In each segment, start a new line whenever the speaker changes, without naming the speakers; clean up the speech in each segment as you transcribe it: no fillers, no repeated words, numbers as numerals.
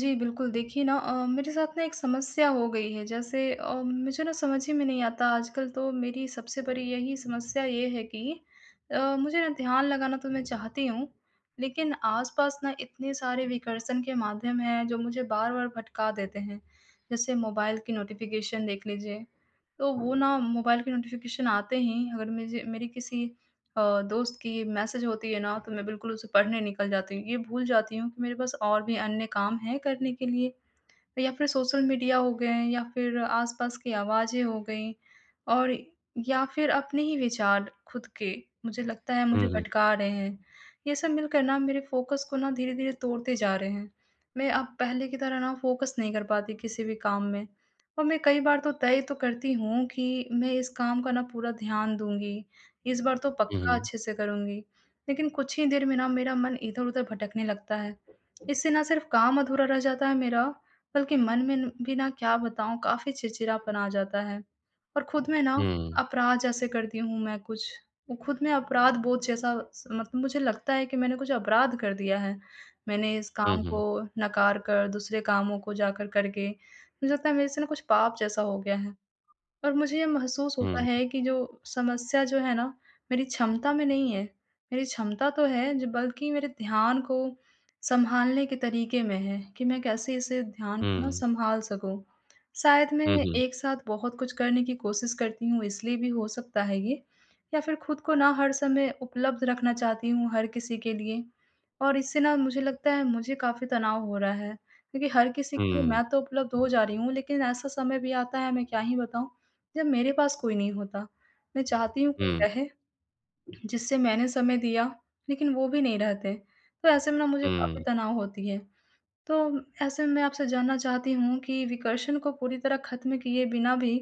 जी, बिल्कुल। देखिए ना, मेरे साथ ना एक समस्या हो गई है। जैसे मुझे ना समझ ही में नहीं आता, आजकल तो मेरी सबसे बड़ी यही समस्या ये है कि मुझे ना ध्यान लगाना तो मैं चाहती हूँ, लेकिन आस-पास ना इतने सारे विकर्षण के माध्यम हैं जो मुझे बार-बार भटका देते हैं। जैसे मोबाइल की नोटिफ़िकेशन देख लीजिए, तो वो ना मोबाइल की नोटिफ़िकेशन आते ही अगर मुझे मेरी किसी दोस्त की मैसेज होती है ना, तो मैं बिल्कुल उसे पढ़ने निकल जाती हूँ। ये भूल जाती हूँ कि मेरे पास और भी अन्य काम हैं करने के लिए। या फिर सोशल मीडिया हो गए, या फिर आस-पास की आवाज़ें हो गईं, और या फिर अपने ही विचार खुद के, मुझे लगता है मुझे
Mhm,
भटका रहे हैं। ये सब मिलकर ना मेरे फ़ोकस को ना धीरे-धीरे तोड़ते जा रहे हैं। मैं अब पहले की तरह ना फ़ोकस नहीं कर पाती किसी भी काम में, और मैं कई बार तो तय तो करती हूँ कि मैं इस काम का ना पूरा ध्यान दूँगी, इस बार तो पक्का
mhm,
अच्छे से करूँगी। लेकिन कुछ ही देर में ना मेरा मन इधर-उधर भटकने लगता है। इससे ना सिर्फ़ काम अधूरा रह जाता है मेरा, बल्कि मन में न भी ना, क्या बताऊँ, काफ़ी चिड़चिड़ापन आ जाता है, और खुद में ना
हुँ,
अपराध जैसे करती हूँ मैं कुछ। वो खुद में अपराध बोध जैसा स मतलब मुझे लगता है कि मैंने कुछ अपराध कर दिया है। मैंने इस
हुँ,
काम को
हुँ,
नकार कर दूसरे कामों को जाकर करके, मुझे लगता है मेरे से ना कुछ पाप जैसा हो गया है। और मुझे ये महसूस होता
हुँ,
है कि जो समस्या जो है ना, मेरी क्षमता में नहीं है। मेरी क्षमता तो है ज बल्कि मेरे ध्यान को सँभालने के तरीके में है कि मैं कैसे इसे ध्यान को ना
हुँ,
सँभाल सकूँ। शायद मैं
हुँ,
एक साथ बहुत कुछ करने की कोशिश करती हूँ, इसलिए भी हो सकता है ये, या फिर खुद को ना हर समय उपलब्ध रखना चाहती हूँ हर किसी के लिए। और इससे ना मुझे लगता है मुझे काफ़ी तनाव हो रहा है, क्योंकि हर किसी के लिए मैं तो उपलब्ध हो जा रही हूँ, लेकिन ऐसा समय भी आता है, मैं क्या ही बताऊँ। जब मेरे पास कोई नहीं होता। मैं चाहती हूँ कोई
हुँ,
रहे, जिससे मैंने समय दिया, लेकिन वो भी नहीं रहते। तो ऐसे में ना मुझे काफ़ी
हुँ,
तनाव होती है। तो ऐसे में मैं आपसे जानना चाहती हूँ कि विकर्षण को पूरी तरह खत्म किए बिना भी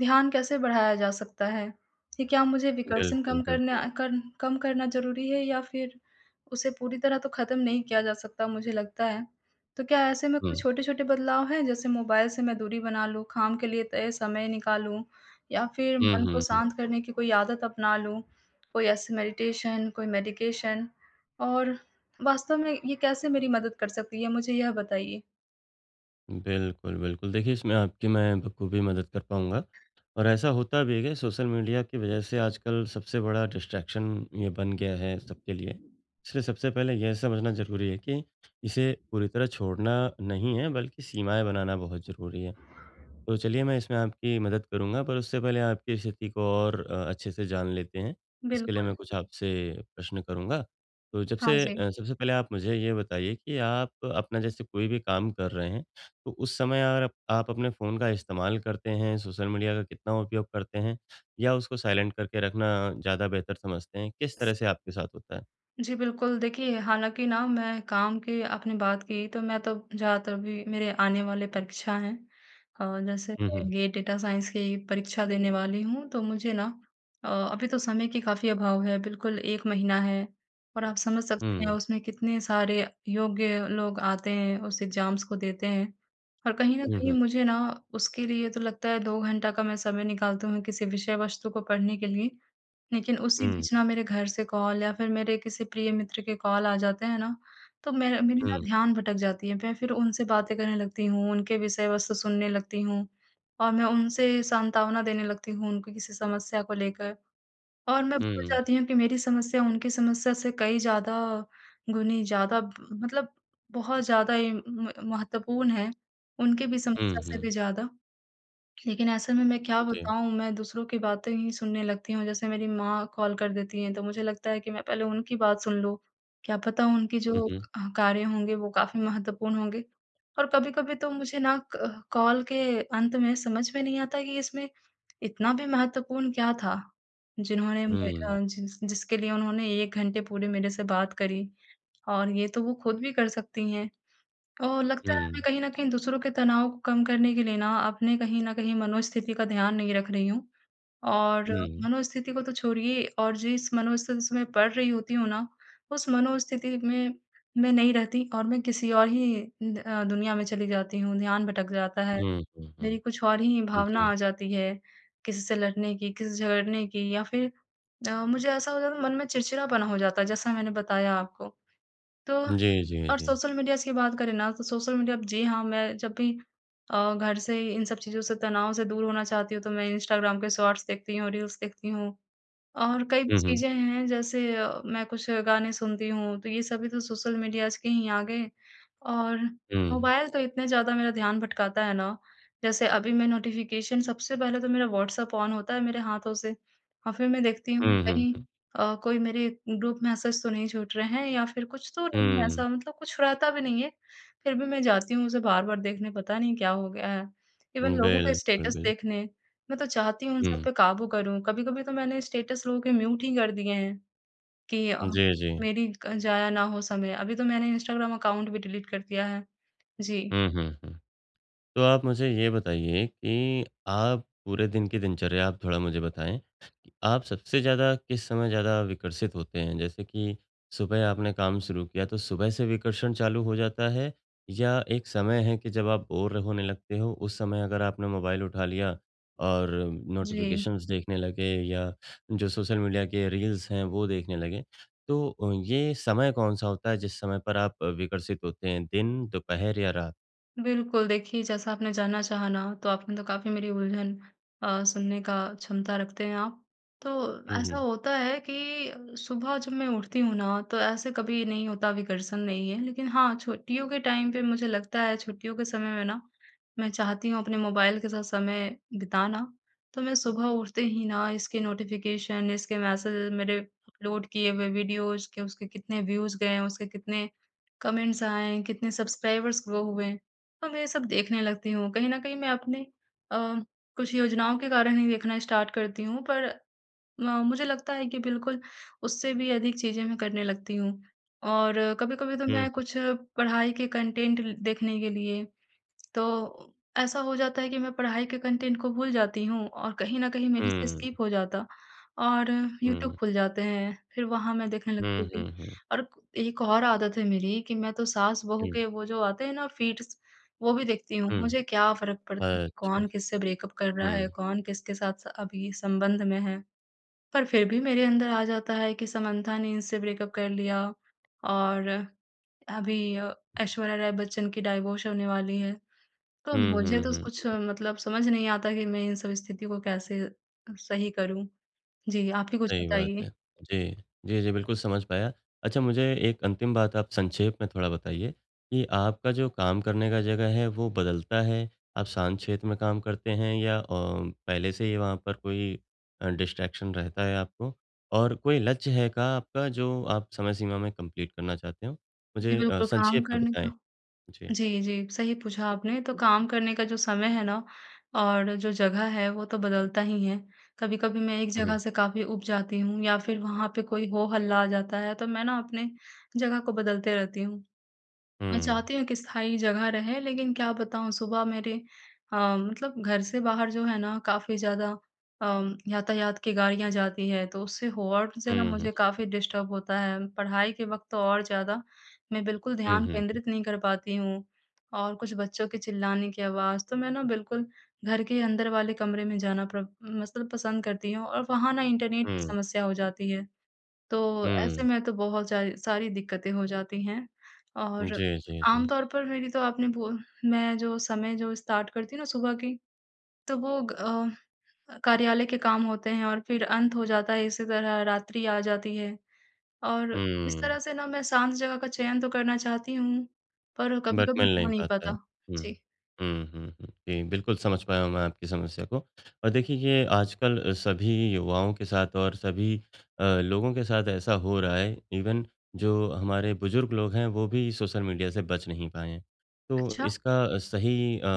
ध्यान कैसे बढ़ाया जा सकता है? कि क्या मुझे विकर्षण
बिल्कुल, बिल्कुल।
कम करना ज़रूरी है, या फिर उसे पूरी तरह तो खत्म नहीं किया जा सकता, मुझे लगता है। तो क्या ऐसे में कोई
हुँ,
छोटे-छोटे बदलाव हैं, जैसे मोबाइल से मैं दूरी बना लूँ, काम के लिए तय समय निकालूँ, या फिर
हुँ,
मन को
हुँ, हुँ,
शांत करने की कोई आदत अपना लूँ? कोई ऐसे मेडिटेशन, कोई मेडिकेशन, और वास्तव में ये कैसे मेरी मदद कर सकती है, मुझे यह बताइए?
बिल्कुल, बिल्कुल। देखिए, इसमें आपकी मैं बखूबी मदद कर पाऊँगा और ऐसा होता भी है कि सोशल मीडिया की वजह से आजकल सबसे बड़ा डिस्ट्रैक्शन ये बन गया है सबके लिए। इसलिए सबसे पहले यह समझना ज़रूरी है कि इसे पूरी तरह छोड़ना नहीं है, बल्कि सीमाएँ बनाना बहुत ज़रूरी है। तो चलिए मैं इसमें आपकी मदद करूँगा, पर उससे पहले आपकी स्थिति को और अच्छे से जान लेते हैं। इसके लिए मैं
बिल्कुल।
कुछ आपसे प्रश्न करूँगा। तो जब से
हाँ जी।
सबसे पहले आप मुझे ये बताइए कि आप अपना जैसे कोई भी काम कर रहे हैं, तो उस समय अगर आप अपने फ़ोन का इस्तेमाल करते हैं, सोशल मीडिया का कितना उपयोग करते हैं? या उसको साइलेंट करके रखना ज़्यादा बेहतर समझते हैं? किस तरह से आपके साथ होता है?
जी, बिल्कुल। देखिए, हालाँकि ना मैं काम की आपने बात की, तो मैं तो ज़्यादातर भी मेरे आने वाले परीक्षा हैं। जैसे
हुँ,
मैं
हुँ।
गेट डेटा साइंस की परीक्षा देने वाली हूँ, तो मुझे ना अभी तो समय की काफ़ी अभाव है, बिल्कुल 1 महीना है, और आप समझ सकते हैं
हुँ।
उसमें कितने सारे योग्य लोग आते हैं, उस एग्ज़ाम्स को देते हैं। और कहीं न
हुँ,
कहीं
हुँ।
मुझे ना उसके लिए तो लगता है 2 घंटा का मैं समय निकालती हूँ किसी विषय वस्तु को पढ़ने के लिए। लेकिन उसी
हुँ,
बीच ना मेरे घर से कॉल या फिर मेरे किसी प्रिय मित्र के कॉल आ जाते हैं ना, तो मेरा मेरी ना
हुँ,
ध्यान भटक जाती है। मैं फिर उनसे बातें करने लगती हूँ, उनके विषय वस्तु सुनने लगती हूँ, और मैं उनसे सांत्वना देने लगती हूँ उनकी किसी समस्या को लेकर, और मैं भूल
हुँ,
जाती हूँ कि मेरी समस्या उनकी समस्या से कई ज़्यादा गुनी ज़्यादा ब मतलब बहुत ज़्यादा ही म महत्वपूर्ण है, उनकी भी
हुँ,
समस्या से
हुँ।
भी ज़्यादा। लेकिन ऐसे में मैं क्या
जी।
बताऊँ, मैं दूसरों की बातें ही सुनने लगती हूँ। जैसे मेरी माँ कॉल कर देती हैं, तो मुझे लगता है कि मैं पहले उनकी बात सुन लूँ, क्या पता उनकी
हुँ,
जो
हुँ।
कार्य होंगे वो काफ़ी महत्वपूर्ण होंगे। और कभी-कभी तो मुझे ना क कॉल के अंत में समझ में नहीं आता कि इसमें इतना भी महत्वपूर्ण क्या था, जिन्होंने मे
हुँ,
अ, जिस जिसके लिए उन्होंने 1 घंटे पूरे मेरे से बात करी, और ये तो वो खुद भी कर सकती हैं। और लगता है मैं
हुँ,
कहीं न कहीं दूसरों के तनाव को कम करने के लिए ना अपने कहीं न कहीं मनोस्थिति का ध्यान नहीं रख रही हूँ। और
हुँ।
मनोस्थिति को तो छोड़िए, और जिस मनोस्थिति से मैं पढ़ रही होती हूँ ना, उस मनोस्थिति में मैं नहीं रहती, और मैं किसी और ही दुनिया में चली जाती हूँ, ध्यान भटक जाता है।
हुँ, हुँ,
मेरी
हुँ।
कुछ और ही भावना
जी।
आ जाती है, किसी से लड़ने की, किसी से झगड़ने की, या फिर मुझे ऐसा हो जाता है मन में चिड़चिड़ापना हो जाता है, जैसा मैंने बताया आपको। तो,
जी, जी,
और
जी।
सोशल मीडियाज़ की बात करें ना, तो सोशल मीडिया, जी हाँ, मैं जब भी घर से इन सब चीज़ों से तनाव से दूर होना चाहती हूँ, तो मैं इंस्टाग्राम के शॉर्ट्स देखती हूँ, रील्स देखती हूँ। और कई भी
हुँ, हुँ।
चीज़ें हैं, जैसे मैं कुछ गाने सुनती हूँ, तो ये सभी तो सोशल मीडियाज़ के ही आ गए, और
हुँ।
मोबाइल तो इतने ज़्यादा मेरा ध्यान भटकाता है ना, जैसे अभी मैं नोटिफ़िकेशन, सबसे पहले तो मेरा व्हाट्सएप ऑन होता है मेरे हाथों से, और फिर मैं देखती हूँ
हुँ, हुँ,
कहीं
हुँ।
कोई मेरे ग्रुप मैसेज तो नहीं छूट रहे हैं, या फिर कुछ तो नहीं है
हुँ।
ऐसा, मतलब कुछ रहता भी नहीं है, फिर भी मैं जाती हूँ उसे बार-बार देखने, पता नहीं क्या हो गया है। इवन लोगों के
बिल्कुल,
स्टेटस
बिल्कुल।
देखने। मैं तो चाहती हूँ उन सब
हुँ।
पे काबू करूँ। कभी-कभी तो मैंने स्टेटस लोगों के म्यूट ही कर दिए हैं, कि
जी, जी।
मेरी क जाया ना हो समय। अभी तो मैंने इंस्टाग्राम अकाउंट भी डिलीट कर दिया है। जी,
हुँ, हुँ, हुँ। तो आप मुझे ये बताइए कि आप पूरे दिन की दिनचर्या आप थोड़ा मुझे बताएँ कि आप सबसे ज़्यादा किस समय ज़्यादा विकर्षित होते हैं? जैसे कि सुबह आपने काम शुरू किया तो सुबह से विकर्षण चालू हो जाता है या एक समय है कि जब आप बोर होने लगते हो, उस समय अगर आपने मोबाइल उठा लिया और
जी।
नोटिफ़िकेशंस देखने लगे या जो सोशल मीडिया के रील्स हैं वो देखने लगे? तो ये समय कौन-सा होता है जिस समय पर आप विकर्षित होते हैं दिन, दोपहर या रात?
बिल्कुल, देखिए जैसा आपने जानना चाहा ना, तो आपने तो काफ़ी मेरी उलझन सुनने का क्षमता रखते हैं आप। तो ऐसा
हुँ,
होता है कि सुबह जब मैं उठती हूँ ना, तो ऐसे कभी नहीं होता, विकर्षण नहीं है। लेकिन हाँ, छुट्टियों के टाइम पे मुझे लगता है, छुट्टियों के समय में ना, मैं चाहती हूँ अपने मोबाइल के साथ समय बिताना। तो मैं सुबह उठते ही ना इसके नोटिफ़िकेशन, इसके मैसेज, मेरे अपलोड किए हुए वीडियोज़ के उसके कितने व्यूज़ गए हैं, उसके कितने कमेंट्स आए हैं, कितने सब्सक्राइबर्स ग्रो हुए हैं। अब ये सब देखने लगती हूँ। कहीं न कहीं मैं अपने अ, कुछ योजनाओं के कारण ही देखना स्टार्ट करती हूँ, पर मुझे लगता है कि बिल्कुल उससे भी अधिक चीज़ें मैं करने लगती हूँ। और कभी-कभी तो मैं
हुँ।
कुछ पढ़ाई के कंटेंट ल देखने के लिए, तो ऐसा हो जाता है कि मैं पढ़ाई के कंटेंट को भूल जाती हूँ, और कहीं न कहीं मेरे से
हुँ,
स्किप हो जाता, और यूट्यूब
हुँ।
खुल जाते हैं, फिर वहाँ मैं देखने लगती
हुँ,
हूँ कि,
हुँ, हुँ।
और एक और आदत है मेरी, कि मैं तो सास-बहू
हुँ,
के वो जो आते हैं ना फ़ीड्स, वो भी देखती हूँ।
हुँ।
मुझे क्या फ़र्क पड़ता है कि
अच्छा।
कौन किससे ब्रेकअप कर रहा
हुँ।
है, कौन किसके साथ अभी संबंध में है। पर फिर भी मेरे अंदर आ जाता है कि समंथा ने इनसे ब्रेकअप कर लिया, और अभी ऐश्वर्या राय बच्चन की डाइवोर्स होने वाली है। तो
हुँ,
मुझे
हुँ,
तो
हुँ।
कुछ मतलब समझ नहीं आता कि मैं इन सब स्थिति को कैसे सही करूँ? जी, आप ही कुछ
सही बात
बताइए।
है। जी। जी, जी, बिल्कुल समझ पाया। अच्छा मुझे एक अंतिम बात आप संक्षेप में थोड़ा बताइए कि आपका जो काम करने का जगह है वो बदलता है? आप शांत क्षेत्र में काम करते हैं या पहले से ही वहाँ पर कोई डिस्ट्रैक्शन रहता है आपको? और कोई लक्ष्य है का आपका जो आप समय सीमा में कंप्लीट करना चाहते हो?
जी,
मुझे
बिल्कुल काम
संक्षेप में
करने का।
बताएँ? जी।
जी, जी, सही पूछा आपने। तो काम करने का जो समय है ना, और जो जगह है वो तो बदलता ही है। कभी-कभी मैं एक
हुँ,
जगह
हुँ।
से काफ़ी ऊब जाती हूँ, या फिर वहाँ पे कोई हो हल्ला आ जाता है, तो मैं ना अपने जगह को बदलते रहती हूँ। मैं
हुँ।
चाहती हूँ कि स्थायी जगह रहे, लेकिन क्या बताऊँ, सुबह मेरे मतलब घर से बाहर जो है ना काफ़ी ज़्यादा यातायात की गाड़ियाँ जाती है, तो उससे हॉर्न से ना
हुँ, हुँ।
मुझे काफ़ी डिस्टर्ब होता है। पढ़ाई के वक़्त तो और ज़्यादा मैं बिल्कुल
हुँ,
ध्यान
हुँ।
केंद्रित नहीं कर पाती हूँ, और कुछ बच्चों के चिल्लाने की आवाज़, तो मैं ना बिल्कुल घर के अंदर वाले कमरे में जाना प्र मतलब पसंद करती हूँ, और वहाँ ना इंटरनेट की
हुँ,
समस्या हो जाती है। तो ऐसे
हुँ।
में तो बहुत जा सारी दिक्कतें हो जाती हैं, और
जी, जी, जी।
आम तौर पर मेरी तो आपने बो मैं जो समय जो स्टार्ट करती हूँ ना सुबह की, तो वो कार्यालय के काम होते हैं, और फिर अंत हो जाता है, इसी तरह रात्रि आ जाती है, और इस
हुँ,
तरह से ना मैं शांत जगह का चयन तो करना चाहती हूँ, पर
बट
कभी-कभी
मिल
हो
नहीं
नहीं
पाता
पाता।
है। हुँ,
जी।
हुँ, हुँ, हुँ। जी, बिल्कुल समझ पाया हूँ मैं आपकी समस्या को और देखिए ये आजकल सभी युवाओं के साथ और सभी लोगों के साथ ऐसा हो रहा है। इवन जो हमारे बुज़ुर्ग लोग हैं, वो भी सोशल मीडिया से बच नहीं पाए हैं। तो
अच्छा,
इसका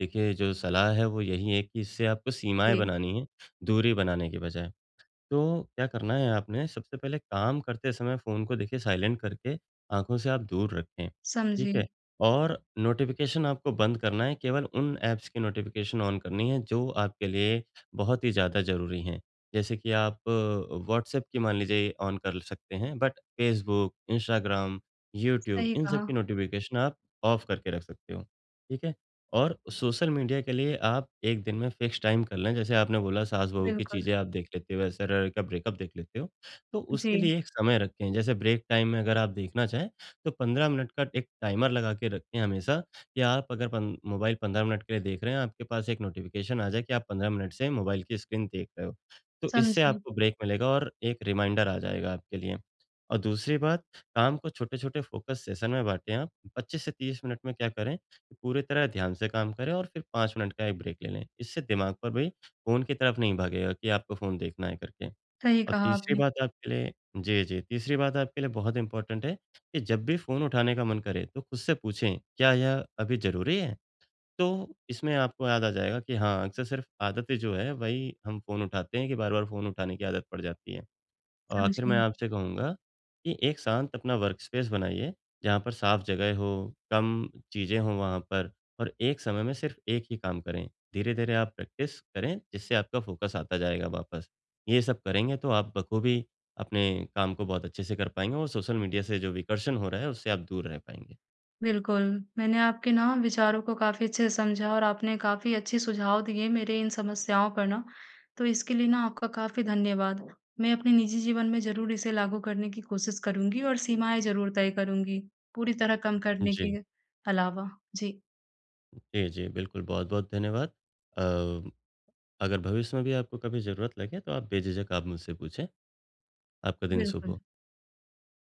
देखिए जो सलाह है वो यही है कि इससे आपको सीमाएँ
जी,
बनानी हैं, दूरी बनाने के बजाय। तो क्या करना है आपने, सबसे पहले काम करते समय फ़ोन को देखिए साइलेंट करके आँखों से आप दूर रखें,
समझी।
ठीक है? और नोटिफ़िकेशन आपको बंद करना है, केवल उन ऐप्स की नोटिफ़िकेशन ऑन करनी है जो आपके लिए बहुत ही ज़्यादा ज़रूरी हैं। जैसे कि आप व्हाट्सऐप की मान लीजिए ऑन कर सकते हैं, बट फेसबुक, इंस्टाग्राम, यूट्यूब
सही
इन सब
कहा,
की नोटिफ़िकेशन आप ऑफ करके रख सकते हो, ठीक है? और सोशल मीडिया के लिए आप 1 दिन में फिक्स टाइम कर लें, जैसे आपने बोला सास-बहू की
बिल्कुल।
चीज़ें आप देख लेते हो, एसएलआर का ब्रेकअप देख लेते हो, तो उसके
जी,
लिए एक समय रखें। जैसे ब्रेक टाइम में अगर आप देखना चाहें, तो 15 मिनट का एक टाइमर लगा के रखें हमेशा कि आप अगर पन मोबाइल 15 मिनट के लिए देख रहे हैं, आपके पास एक नोटिफ़िकेशन आ जाए कि आप 15 मिनट से मोबाइल की स्क्रीन देख रहे हो। तो इससे
समझी।
आपको ब्रेक मिलेगा और एक रिमाइंडर आ जाएगा आपके लिए। और दूसरी बात, काम को छोटे-छोटे फ़ोकस सेशन में बाँटें आप। 25 से 30 मिनट में क्या करें पूरी तरह ध्यान से काम करें और फिर 5 मिनट का एक ब्रेक ले लें। इससे दिमाग पर भी फ़ोन की तरफ नहीं भागेगा कि आपको फ़ोन देखना है करके।
सही
और
कहा आपने,
तीसरी बात आपके लिए बहुत इम्पोर्टेंट है कि जब भी फ़ोन उठाने का मन करे तो खुद से पूछें, "क्या यह अभी ज़रूरी है?" तो इसमें आपको याद आ जाएगा कि हाँ, अक्सर सिर्फ़ आदतें जो है वही हम फ़ोन उठाते हैं कि बार-बार फ़ोन उठाने की आदत पड़ जाती है। आखिर
समझी।
मैं आपसे कहूँगा कि एक शांत अपना वर्क स्पेस बनाइए, जहाँ पर साफ जगह हो, कम चीज़ें हों वहाँ पर और एक समय में सिर्फ़ एक ही काम करें। धीरे-धीरे आप प्रैक्टिस करें, जिससे आपका फ़ोकस आता जाएगा वापस। ये सब करेंगे तो आप बखूबी अपने काम को बहुत अच्छे से कर पाएँगे और सोशल मीडिया से जो विकर्षण हो रहा है, उससे आप दूर रह पाएँगे।
बिल्कुल, मैंने आपके ना विचारों को काफ़ी अच्छे से समझा, और आपने काफ़ी अच्छे सुझाव दिए मेरे इन समस्याओं पर ना, तो इसके लिए ना आपका काफ़ी धन्यवाद। मैं अपने निजी जीवन में ज़रूर इसे लागू करने की कोशिश करूँगी, और सीमाएँ ज़रूर तय करूँगी, पूरी तरह कम करने
जी।
के अलावा। जी,
जी, जी, बिल्कुल, बहुत-बहुत धन्यवाद। अ, अगर भविष्य में भी आपको कभी ज़रूरत लगे, तो आप बेझिझक आप मुझसे पूछें। आपका दिन शुभ
बिल्कुल।
हो।